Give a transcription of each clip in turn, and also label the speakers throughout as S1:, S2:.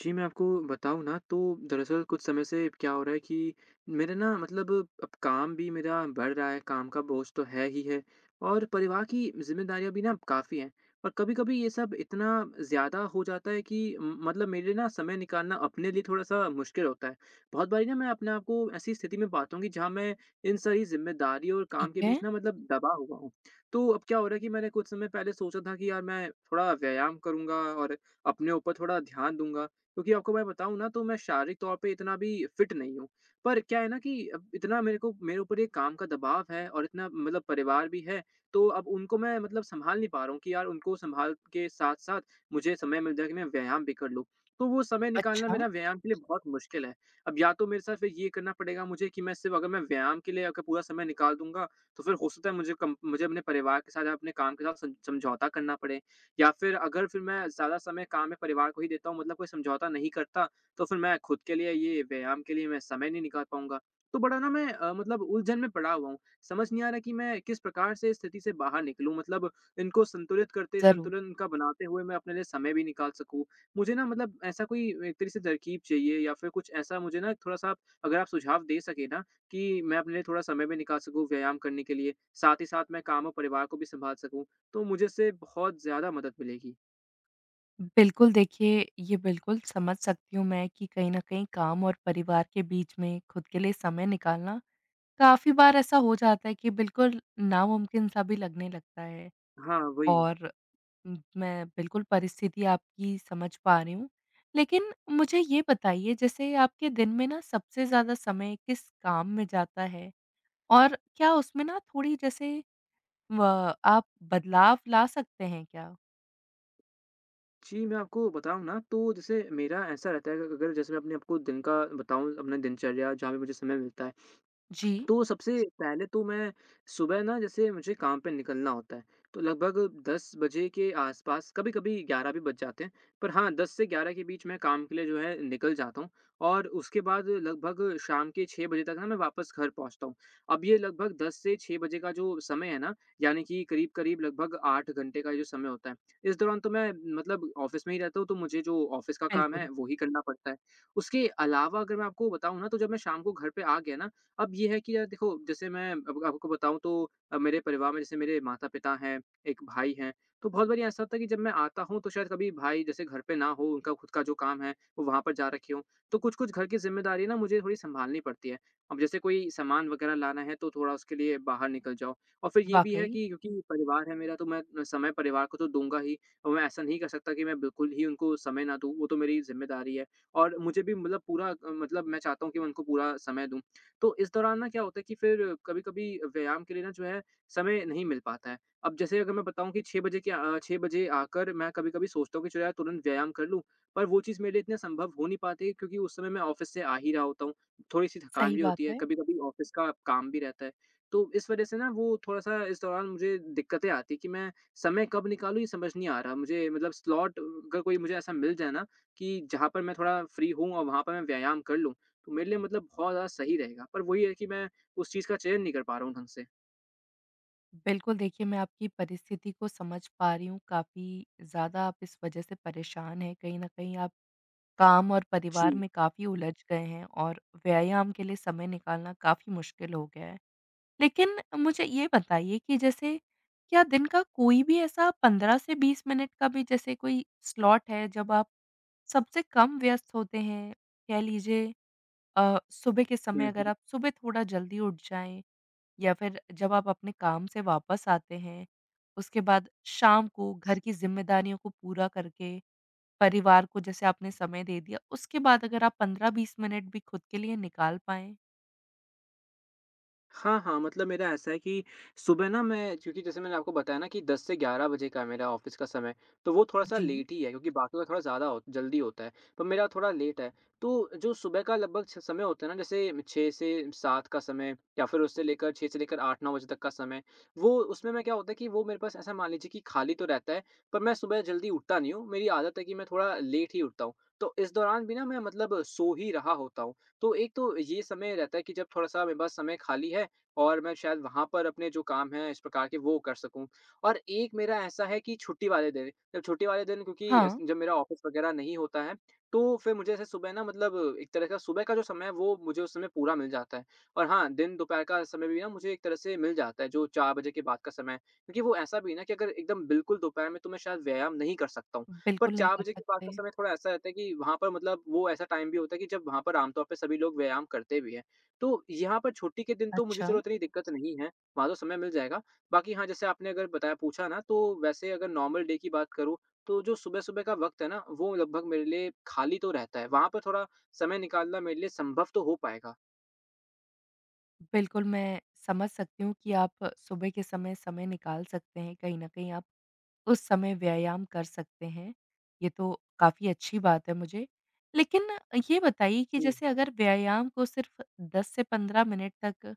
S1: जी, मैं आपको बताऊँ ना तो दरअसल कुछ समय से क्या हो रहा है कि मेरे ना मतलब अब काम भी मेरा बढ़ रहा है, काम का बोझ तो है ही है, और परिवार की ज़िम्मेदारियाँ भी ना काफ़ी हैं। और कभी-कभी ये सब इतना ज़्यादा हो जाता है कि म मतलब मेरे लिए ना समय निकालना अपने लिए थोड़ा-सा मुश्किल होता है। बहुत बारी ना मैं अपने आप को ऐसी स्थिति में पाता हूँ कि जहाँ मैं इन सारी ज़िम्मेदारियों और
S2: ठीक
S1: काम के
S2: है।
S1: बीच ना मतलब दबा हुआ हूँ। तो अब क्या हो रहा है कि मैंने कुछ समय पहले सोचा था कि यार मैं थोड़ा व्यायाम करूँगा, और अपने ऊपर थोड़ा ध्यान दूँगा। क्योंकि आपको मैं बताऊँ ना तो मैं शारीरिक तौर पे इतना भी फिट नहीं हूँ। पर क्या है ना कि अब इतना मेरे को मेरे ऊपर ये काम का दबाव है, और इतना मतलब परिवार भी है, तो अब उनको मैं मतलब सँभाल नहीं पा रहा हूँ कि यार उनको सँभाल के साथ-साथ मुझे समय मिल जाए कि मैं व्यायाम भी कर लूँ। तो वो समय निकालना
S2: अच्छा,
S1: मेरा व्यायाम के लिए बहुत मुश्किल है। अब या तो मेरे साथ फिर ये करना पड़ेगा मुझे कि मैं सिर्फ़, अगर मैं व्यायाम के लिए अगर पूरा समय निकाल दूँगा, तो फिर हो सकता है मुझे अपने परिवार के साथ या अपने काम के साथ सम समझौता करना पड़े। या फिर अगर फिर मैं ज़्यादा समय काम में परिवार को ही देता हूँ मतलब कोई समझौता नहीं करता, तो फिर मैं खुद के लिए ये व्यायाम के लिए मैं समय नहीं निकाल पाऊँगा। तो बड़ा ना मैं मतलब उलझन में पड़ा हुआ हूँ। समझ नहीं आ रहा कि मैं किस प्रकार से इस स्थिति से बाहर निकलूँ, मतलब इनको संतुलित करते
S2: ज़रूर।
S1: संतुलन इनका बनाते हुए मैं अपने लिए समय भी निकाल सकूँ। मुझे ना मतलब ऐसा कोई एक तरीके से तरकीब चाहिए, या फिर कुछ ऐसा मुझे ना थोड़ा-सा आप अगर आप सुझाव दे सकें ना कि मैं अपने लिए थोड़ा समय भी निकाल सकूँ व्यायाम करने के लिए, साथ ही साथ मैं काम और परिवार को भी सँभाल सकूँ। तो मुझे इससे बहुत ज़्यादा मदद मिलेगी।
S2: बिल्कुल देखिए, ये बिल्कुल समझ सकती हूँ मैं कि कहीं न कहीं काम और परिवार के बीच में खुद के लिए समय निकालना काफ़ी बार ऐसा हो जाता है कि बिल्कुल नामुमकिन सा भी लगने लगता है।
S1: हाँ, वही।
S2: और मैं बिल्कुल परिस्थिति आपकी समझ पा रही हूँ। लेकिन मुझे ये बताइए, जैसे आपके दिन में ना सबसे ज़्यादा समय किस काम में जाता है? और क्या उसमें ना थोड़ी जैसे व आप बदलाव ला सकते हैं क्या?
S1: जी, मैं आपको बताऊँ ना तो जैसे मेरा ऐसा रहता है कि अगर जैसे मैं अपने आपको दिन का बताऊँ, अपना दिनचर्या जहाँ पे मुझे समय मिलता है।
S2: जी।
S1: तो सबसे पहले तो मैं सुबह ना, जैसे मुझे काम पे निकलना होता है, तो लगभग 10 बजे के आसपास, कभी कभी 11 भी बज जाते हैं। पर हाँ, 10 से 11 के बीच मैं काम के लिए जो है निकल जाता हूँ। और उसके बाद लगभग शाम के 6 बजे तक ना मैं वापस घर पहुँचता हूँ। अब ये लगभग 10 से 6 बजे का जो समय है ना, यानी कि करीब करीब लगभग 8 घंटे का जो समय होता है, इस दौरान तो मैं मतलब ऑफिस में ही रहता हूँ, तो मुझे जो ऑफिस का काम है
S2: बिल्कुल,
S1: वो ही करना पड़ता है। उसके अलावा अगर मैं आपको बताऊँ ना, तो जब मैं शाम को घर पे आ गया ना, अब ये है कि यार देखो, जैसे मैं अब आपको बताऊँ तो मेरे परिवार में जैसे मेरे माता-पिता हैं, एक भाई हैं, तो बहुत बारी ऐसा होता है कि जब मैं आता हूँ तो शायद कभी भाई जैसे घर पे ना हो, उनका खुद का जो काम है, वो वहाँ पर जा रखे हों। तो कुछ-कुछ घर की ज़िम्मेदारी ना मुझे थोड़ी सँभालनी पड़ती है। अब जैसे कोई सामान वग़ैरह लाना है तो थोड़ा उसके लिए बाहर निकल जाओ। और फिर ये भी है
S2: वाक़ई,
S1: कि क्योंकि परिवार है मेरा, तो मैं समय परिवार को तो दूँगा ही, और मैं ऐसा नहीं कर सकता कि मैं बिल्कुल ही उनको समय ना दूँ, वो तो मेरी ज़िम्मेदारी है। और मुझे भी मतलब पूरा मतलब मैं चाहता हूँ कि मैं उनको पूरा समय दूँ। तो इस दौरान ना क्या होता है कि फिर कभी-कभी व्यायाम के लिए ना जो है समय नहीं मिल पाता है। अब जैसे अगर मैं बताऊँ कि 6 बजे आकर मैं कभी-कभी सोचता हूँ कि चलो यार तुरंत व्यायाम कर लूँ, पर वो चीज़ मेरे लिए इतना संभव हो नहीं पाती है क्योंकि उस समय मैं ऑफ़िस से आ ही रहा होता हूँ। थोड़ी-सी थकान
S2: सही
S1: भी
S2: बात
S1: होती है,
S2: है।
S1: कभी-कभी ऑफ़िस का काम भी रहता है। तो इस वज़ह से ना वो थोड़ा-सा इस दौरान मुझे दिक्कतें आती हैं कि मैं समय कब निकालूँ ये समझ नहीं आ रहा। मुझे मतलब स्लॉट अगर कोई मुझे ऐसा मिल जाए ना कि जहाँ पर मैं थोड़ा फ्री हूँ और वहाँ पर मैं व्यायाम कर लूँ, तो मेरे लिए मतलब बहुत ज़्यादा सही रहेगा। पर वही है कि मैं उस चीज़ का चयन नहीं कर पा रहा हूँ ढंग से।
S2: बिल्कुल देखिए, मैं आपकी परिस्थिति को समझ पा रही हूँ, काफ़ी ज़्यादा आप इस वजह से परेशान हैं, कहीं न कहीं आप काम और
S1: जी।
S2: परिवार में काफ़ी उलझ गए हैं और व्यायाम के लिए समय निकालना काफ़ी मुश्किल हो गया है। लेकिन मुझे ये बताइए कि जैसे क्या दिन का कोई भी ऐसा 15 से 20 मिनट का भी जैसे कोई स्लॉट है जब आप सबसे कम व्यस्त होते हैं? कह लीजिए, सुबह के समय
S1: हुँ,
S2: अगर
S1: हुँ।
S2: आप सुबह थोड़ा जल्दी उठ जाएँ, या फिर जब आप अपने काम से वापस आते हैं, उसके बाद शाम को घर की ज़िम्मेदारियों को पूरा करके, परिवार को जैसे आपने समय दे दिया, उसके बाद अगर आप 15-20 मिनट भी खुद के लिए निकाल पाएँ?
S1: हाँ, हाँ, मतलब मेरा ऐसा है कि सुबह ना मैं, क्योंकि जैसे मैंने आपको बताया ना कि 10 से 11 बजे का है मेरा ऑफ़िस का समय, तो वो थोड़ा-सा
S2: जी।
S1: लेट ही है क्योंकि बाकियों का थोड़ा ज़्यादा हो जल्दी होता है, पर मेरा थोड़ा लेट है। तो जो सुबह का लगभग छ समय होता है ना, जैसे 6 से 7 का समय या फिर उससे लेकर 6 से लेकर 8-9 बजे तक का समय, वो उसमें मैं क्या होता है कि वो मेरे पास ऐसा मान लीजिए कि खाली तो रहता है, पर मैं सुबह जल्दी उठता नहीं हूँ, मेरी आदत है कि मैं थोड़ा लेट ही उठता हूँ। तो इस दौरान भी ना मैं मतलब सो ही रहा होता हूँ। तो एक तो ये समय रहता है कि जब थोड़ा-सा मेरे पास समय खाली है, और मैं शायद वहाँ पर अपने जो काम हैं इस प्रकार के वो कर सकूँ। और एक मेरा ऐसा है कि छुट्टी वाले दिन, जब छुट्टी वाले दिन, क्योंकि अस
S2: हाँ,
S1: जब मेरा ऑफ़िस वग़ैरह नहीं होता है, तो फिर मुझे ऐसे सुबह ना मतलब एक तरह का सुबह का जो समय है वो मुझे उस समय पूरा मिल जाता है। और हाँ, दिन दोपहर का समय भी ना मुझे एक तरह से मिल जाता है, जो 4 बजे के बाद का समय है। क्योंकि वो ऐसा भी है ना कि अगर एकदम बिल्कुल दोपहर में तो मैं शायद व्यायाम नहीं कर सकता हूँ। पर
S2: बिल्कुल नहीं
S1: 4
S2: कर
S1: बजे के बाद का
S2: सकते।
S1: समय थोड़ा ऐसा रहता है कि वहाँ पर मतलब वो ऐसा टाइम भी होता है कि जब वहाँ पर आमतौर पे सभी लोग व्यायाम करते भी हैं। तो यहाँ पर छुट्टी के दिन तो मुझे
S2: अच्छा।
S1: चलो इतनी दिक्कत नहीं है, वहाँ तो समय मिल जाएगा। बाकी हाँ, जैसे आपने अगर बताया पूछा ना, तो वैसे अगर नॉर्मल डे की बात करूँ, तो जो सुबह-सुबह का वक़्त है ना, वो लगभग मेरे लिए खाली तो रहता है। वहाँ पर थोड़ा समय निकालना मेरे लिए संभव तो हो पाएगा।
S2: बिल्कुल, मैं समझ सकती हूँ कि आप सुबह के समय, समय निकाल सकते हैं, कहीं न कहीं आप उस समय व्यायाम कर सकते हैं। ये तो काफ़ी अच्छी बात है मुझे। लेकिन ये बताइए कि
S1: जी।
S2: जैसे अगर व्यायाम को सिर्फ़ 10 से 15 मिनट तक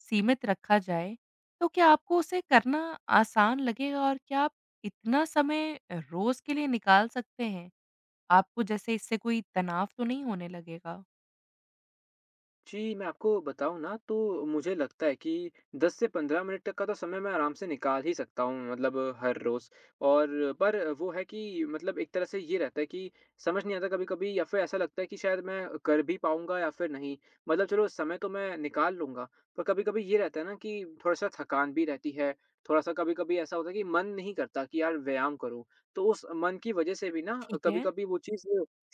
S2: सीमित रखा जाए, तो क्या आपको उसे करना आसान लगेगा और क्या आप इतना समय रोज़ के लिए निकाल सकते हैं? आपको जैसे इससे कोई तनाव तो नहीं होने लगेगा?
S1: जी, मैं आपको बताऊँ ना तो मुझे लगता है कि 10 से 15 मिनट तक का तो समय मैं आराम से निकाल ही सकता हूँ, मतलब हर रोज़। पर वो है कि मतलब एक तरह से ये रहता है कि समझ नहीं आता कभी-कभी, या फिर ऐसा लगता है कि शायद मैं कर भी पाऊँगा या फिर नहीं। मतलब चलो समय तो मैं निकाल लूँगा, पर कभी-कभी ये रहता है ना कि थोड़ा-सा थकान भी रहती है, थोड़ा-सा कभी-कभी ऐसा होता है कि मन नहीं करता कि यार व्यायाम करूँ। तो उस मन की वजह से भी ना
S2: ठीक है।
S1: कभी-कभी वो चीज़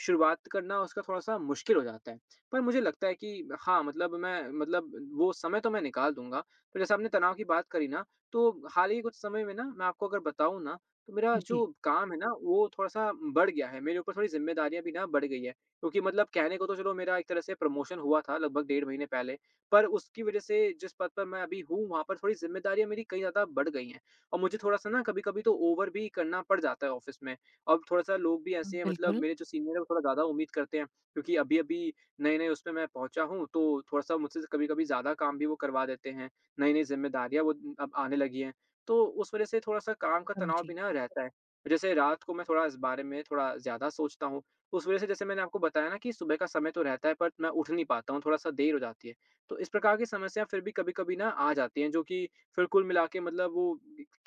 S1: शुरुआत करना उसका थोड़ा-सा मुश्किल हो जाता है। पर मुझे लगता है कि हाँ, मतलब मैं मतलब वो समय तो मैं निकाल दूँगा। पर जैसे आपने तनाव की बात करी ना, तो हाल ही के कुछ समय में ना मैं आपको अगर बताऊँ ना, तो मेरा
S2: जी,
S1: जो काम है ना, वो थोड़ा-सा बढ़ गया है। मेरे ऊपर थोड़ी ज़िम्मेदारियाँ भी ना बढ़ गई हैं। क्योंकि मतलब कहने को तो चलो मेरा एक तरह से प्रमोशन हुआ था लगभग 1.5 महीने पहले। पर उसकी वज़ह से जिस पद पर मैं अभी हूँ, वहाँ पर थोड़ी ज़िम्मेदारियाँ मेरी कई ज़्यादा बढ़ गई हैं। और मुझे थोड़ा-सा ना कभी-कभी तो ओवर भी करना पड़ जाता है ऑफ़िस में। अब थोड़ा-सा लोग भी ऐसे हैं, मतलब
S2: बिल्कुल
S1: मेरे जो सीनियर हैं वो थोड़ा ज़्यादा उम्मीद करते हैं। क्योंकि अभी-अभी नई, नई उसमें मैं पहुँचा हूँ, तो थोड़ा-सा मुझसे कभी-कभी ज़्यादा काम भी वो करवा देते हैं। नई-नई ज़िम्मेदारियाँ वो अब आने लगी हैं, तो उस वज़ह से थोड़ा-सा काम का तनाव
S2: समझी।
S1: भी ना रहता है। जैसे रात को मैं थोड़ा इस बारे में थोड़ा ज़्यादा सोचता हूँ, उस वज़ह से जैसे मैंने आपको बताया ना कि सुबह का समय तो रहता है पर मैं उठ नहीं पाता हूँ, थोड़ा-सा देर हो जाती है। तो इस प्रकार की समस्या फिर भी कभी-कभी ना आ जाती हैं, जो कि फिर कुल मिला के मतलब वो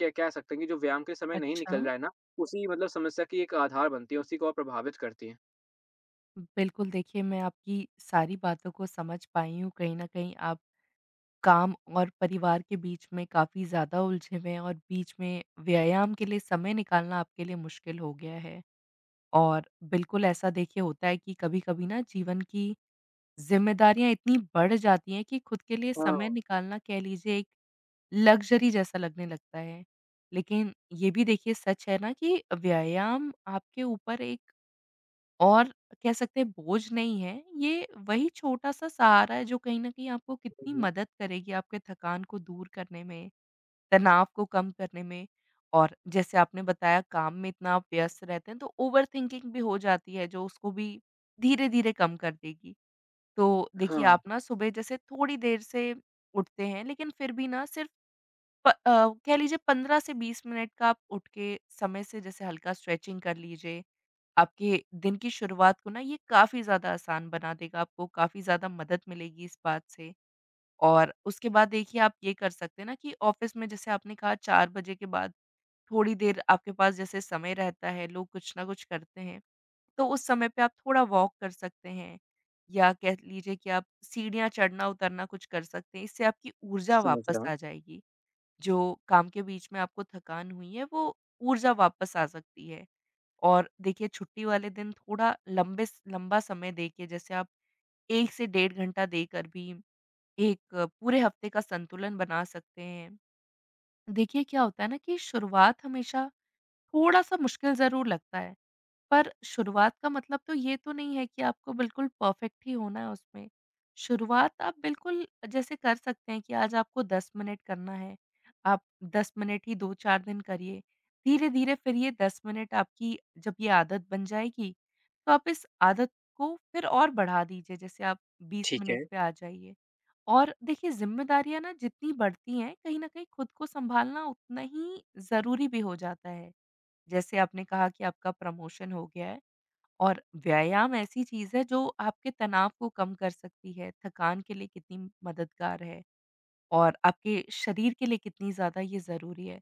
S1: क कह सकते हैं कि जो व्यायाम के समय नहीं
S2: अच्छा,
S1: निकल रहा है ना, उसी मतलब समस्या की एक आधार बनती है, उसी को और प्रभावित करती है।
S2: बिल्कुल देखिए, मैं आपकी सारी बातों को समझ पाई हूँ, कहीं न कहीं आप काम और परिवार के बीच में काफ़ी ज़्यादा उलझे हुए हैं और बीच में व्यायाम के लिए समय निकालना आपके लिए मुश्किल हो गया है। और बिल्कुल ऐसा देखिए होता है कि कभी-कभी ना जीवन की ज़िम्मेदारियाँ इतनी बढ़ जाती हैं कि खुद के लिए
S1: हाँ।
S2: समय निकालना कह लीजिए एक लग्ज़री जैसा लगने लगता है। लेकिन ये भी देखिए सच है ना कि व्यायाम आपके ऊपर एक और कह सकते हैं बोझ नहीं है, ये वही छोटा-सा सहारा है जो कहीं न कहीं आपको
S1: हुँ,
S2: कितनी
S1: हुँ।
S2: मदद करेगी, आपके थकान को दूर करने में, तनाव को कम करने में। और जैसे आपने बताया, काम में इतना आप व्यस्त रहते हैं तो ओवरथिंकिंग भी हो जाती है, जो उसको भी धीरे-धीरे कम कर देगी। तो देखिए,
S1: हाँ।
S2: आप ना सुबह जैसे थोड़ी देर से उठते हैं, लेकिन फिर भी ना सिर्फ प अ, कह लीजिए 15 से 20 मिनट का आप उठ के समय से जैसे हल्का स्ट्रेचिंग कर लीजिए। आपके दिन की शुरुआत को ना ये काफ़ी ज़्यादा आसान बना देगा, आपको काफ़ी ज़्यादा मदद मिलेगी इस बात से। और उसके बाद देखिए, आप ये कर सकते हैं ना कि ऑफ़िस में जैसे आपने कहा 4 बजे के बाद थोड़ी देर आपके पास जैसे समय रहता है, लोग कुछ ना कुछ करते हैं, तो उस समय पे आप थोड़ा वॉक कर सकते हैं, या कह लीजिए कि आप सीढ़ियाँ चढ़ना-उतरना कुछ कर सकते हैं। इससे आपकी ऊर्जा
S1: समझ
S2: वापस
S1: रहा हूँ।
S2: आ जाएगी। जो काम के बीच में आपको थकान हुई है, वो ऊर्जा वापस आ सकती है। और देखिए, छुट्टी वाले दिन थोड़ा लंबे स लंबा समय देके जैसे आप 1 से डेढ़ घंटा देकर भी एक, पूरे हफ्ते का संतुलन बना सकते हैं। देखिए, क्या होता है ना कि शुरुआत हमेशा थोड़ा-सा मुश्किल ज़रूर लगता है। पर शुरुआत का मतलब तो ये तो नहीं है कि आपको बिल्कुल परफेक्ट ही होना है उसमें। शुरुआत आप बिल्कुल जैसे कर सकते हैं कि आज आपको 10 मिनट करना है, आप 10 मिनट ही 2-4 दिन करिए। धीरे-धीरे फिर ये 10 मिनट आपकी जब ये आदत बन जाएगी, तो आप इस आदत को फिर और बढ़ा दीजिए, जैसे आप 20
S1: ठीक
S2: मिनट
S1: है।
S2: पे आ जाइए। और देखिए, ज़िम्मेदारियाँ ना जितनी बढ़ती हैं, कहीं न कहीं खुद को सँभालना उतना ही ज़रूरी भी हो जाता है। जैसे आपने कहा कि आपका प्रमोशन हो गया है। और व्यायाम ऐसी चीज़ है जो आपके तनाव को कम कर सकती है, थकान के लिए कितनी मददगार है, और आपके शरीर के लिए कितनी ज़्यादा ये ज़रूरी है।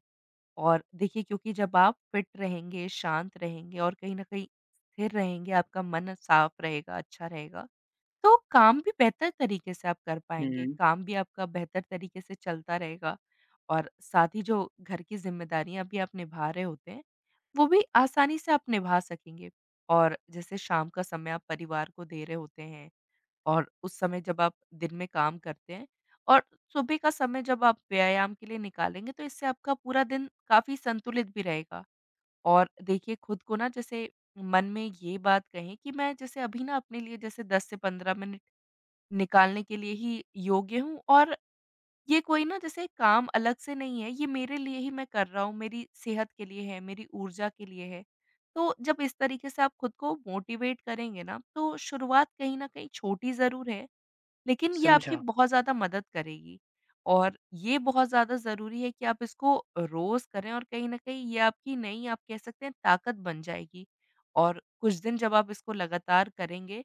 S2: और देखिए, क्योंकि जब आप फिट रहेंगे, शांत रहेंगे और कहीं न कहीं स्थिर रहेंगे, आपका मन साफ रहेगा, अच्छा रहेगा, तो काम भी बेहतर तरीके से आप कर पाएँगे,
S1: हुँ,
S2: काम भी आपका बेहतर तरीके से चलता रहेगा, और साथ ही जो घर की ज़िम्मेदारियाँ भी आप निभा रहे होते हैं, वो भी आसानी से आप निभा सकेंगे। और जैसे शाम का समय आप परिवार को दे रहे होते हैं, और उस समय जब आप दिन में काम करते हैं, और सुबह का समय जब आप व्यायाम के लिए निकालेंगे, तो इससे आपका पूरा दिन काफ़ी संतुलित भी रहेगा। और देखिए, खुद को ना जैसे मन में ये बात कहें कि मैं जैसे अभी ना अपने लिए जैसे 10 से 15 मिनट निकालने के लिए ही योग्य हूँ, और ये कोई ना जैसे काम अलग से नहीं है, ये मेरे लिए ही मैं कर रहा हूँ, मेरी सेहत के लिए है, मेरी ऊर्जा के लिए है। तो जब इस तरीके से आप खुद को मोटिवेट करेंगे ना, तो शुरुआत कहीं न कहीं छोटी ज़रूर है, लेकिन ये आपकी
S1: समझा।
S2: बहुत ज़्यादा मदद करेगी। और ये बहुत ज़्यादा ज़रूरी है कि आप इसको रोज़ करें, और कहीं न कहीं ये आपकी नई आप कह सकते हैं ताकत बन जाएगी। और कुछ दिन जब आप इसको लगातार करेंगे,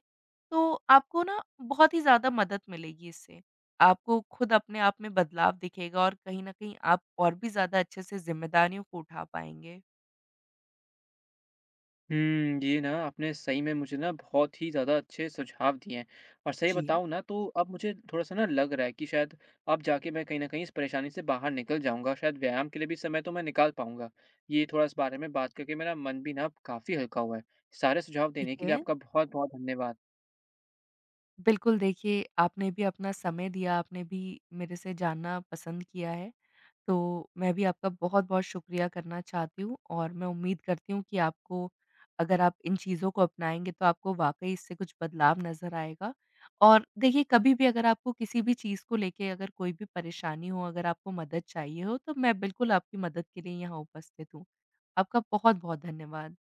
S2: तो आपको ना बहुत ही ज़्यादा मदद मिलेगी इससे। आपको खुद अपने आप में बदलाव दिखेगा, और कहीं न कहीं आप और भी ज़्यादा अच्छे से ज़िम्मेदारियों को उठा पाएँगे।
S1: ये ना आपने सही में मुझे ना बहुत ही ज़्यादा अच्छे सुझाव दिए हैं, और सही
S2: जी,
S1: बताऊँ ना तो अब मुझे थोड़ा-सा ना लग रहा है कि शायद अब जाके मैं कहीं न कहीं इस परेशानी से बाहर निकल जाऊँगा, शायद व्यायाम के लिए भी समय तो मैं निकाल पाऊँगा। ये थोड़ा इस बारे में बात करके मेरा मन भी ना काफ़ी हल्का हुआ है। सारे सुझाव
S2: ठीक
S1: देने के लिए
S2: है।
S1: आपका बहुत-बहुत धन्यवाद।
S2: बिल्कुल देखिए, आपने भी अपना समय दिया, आपने भी मेरे से जानना पसंद किया है। तो मैं भी आपका बहुत-बहुत शुक्रिया करना चाहती हूँ, और मैं उम्मीद करती हूँ कि आपको, अगर आप इन चीज़ों को अपनाएँगे, तो आपको वाक़ई इससे कुछ बदलाव नज़र आएगा। और देखिए, कभी भी अगर आपको किसी भी चीज़ को लेके अगर कोई भी परेशानी हो, अगर आपको मदद चाहिए हो, तो मैं बिल्कुल आपकी मदद के लिए यहाँ उपस्थित हूँ। आपका बहुत-बहुत धन्यवाद।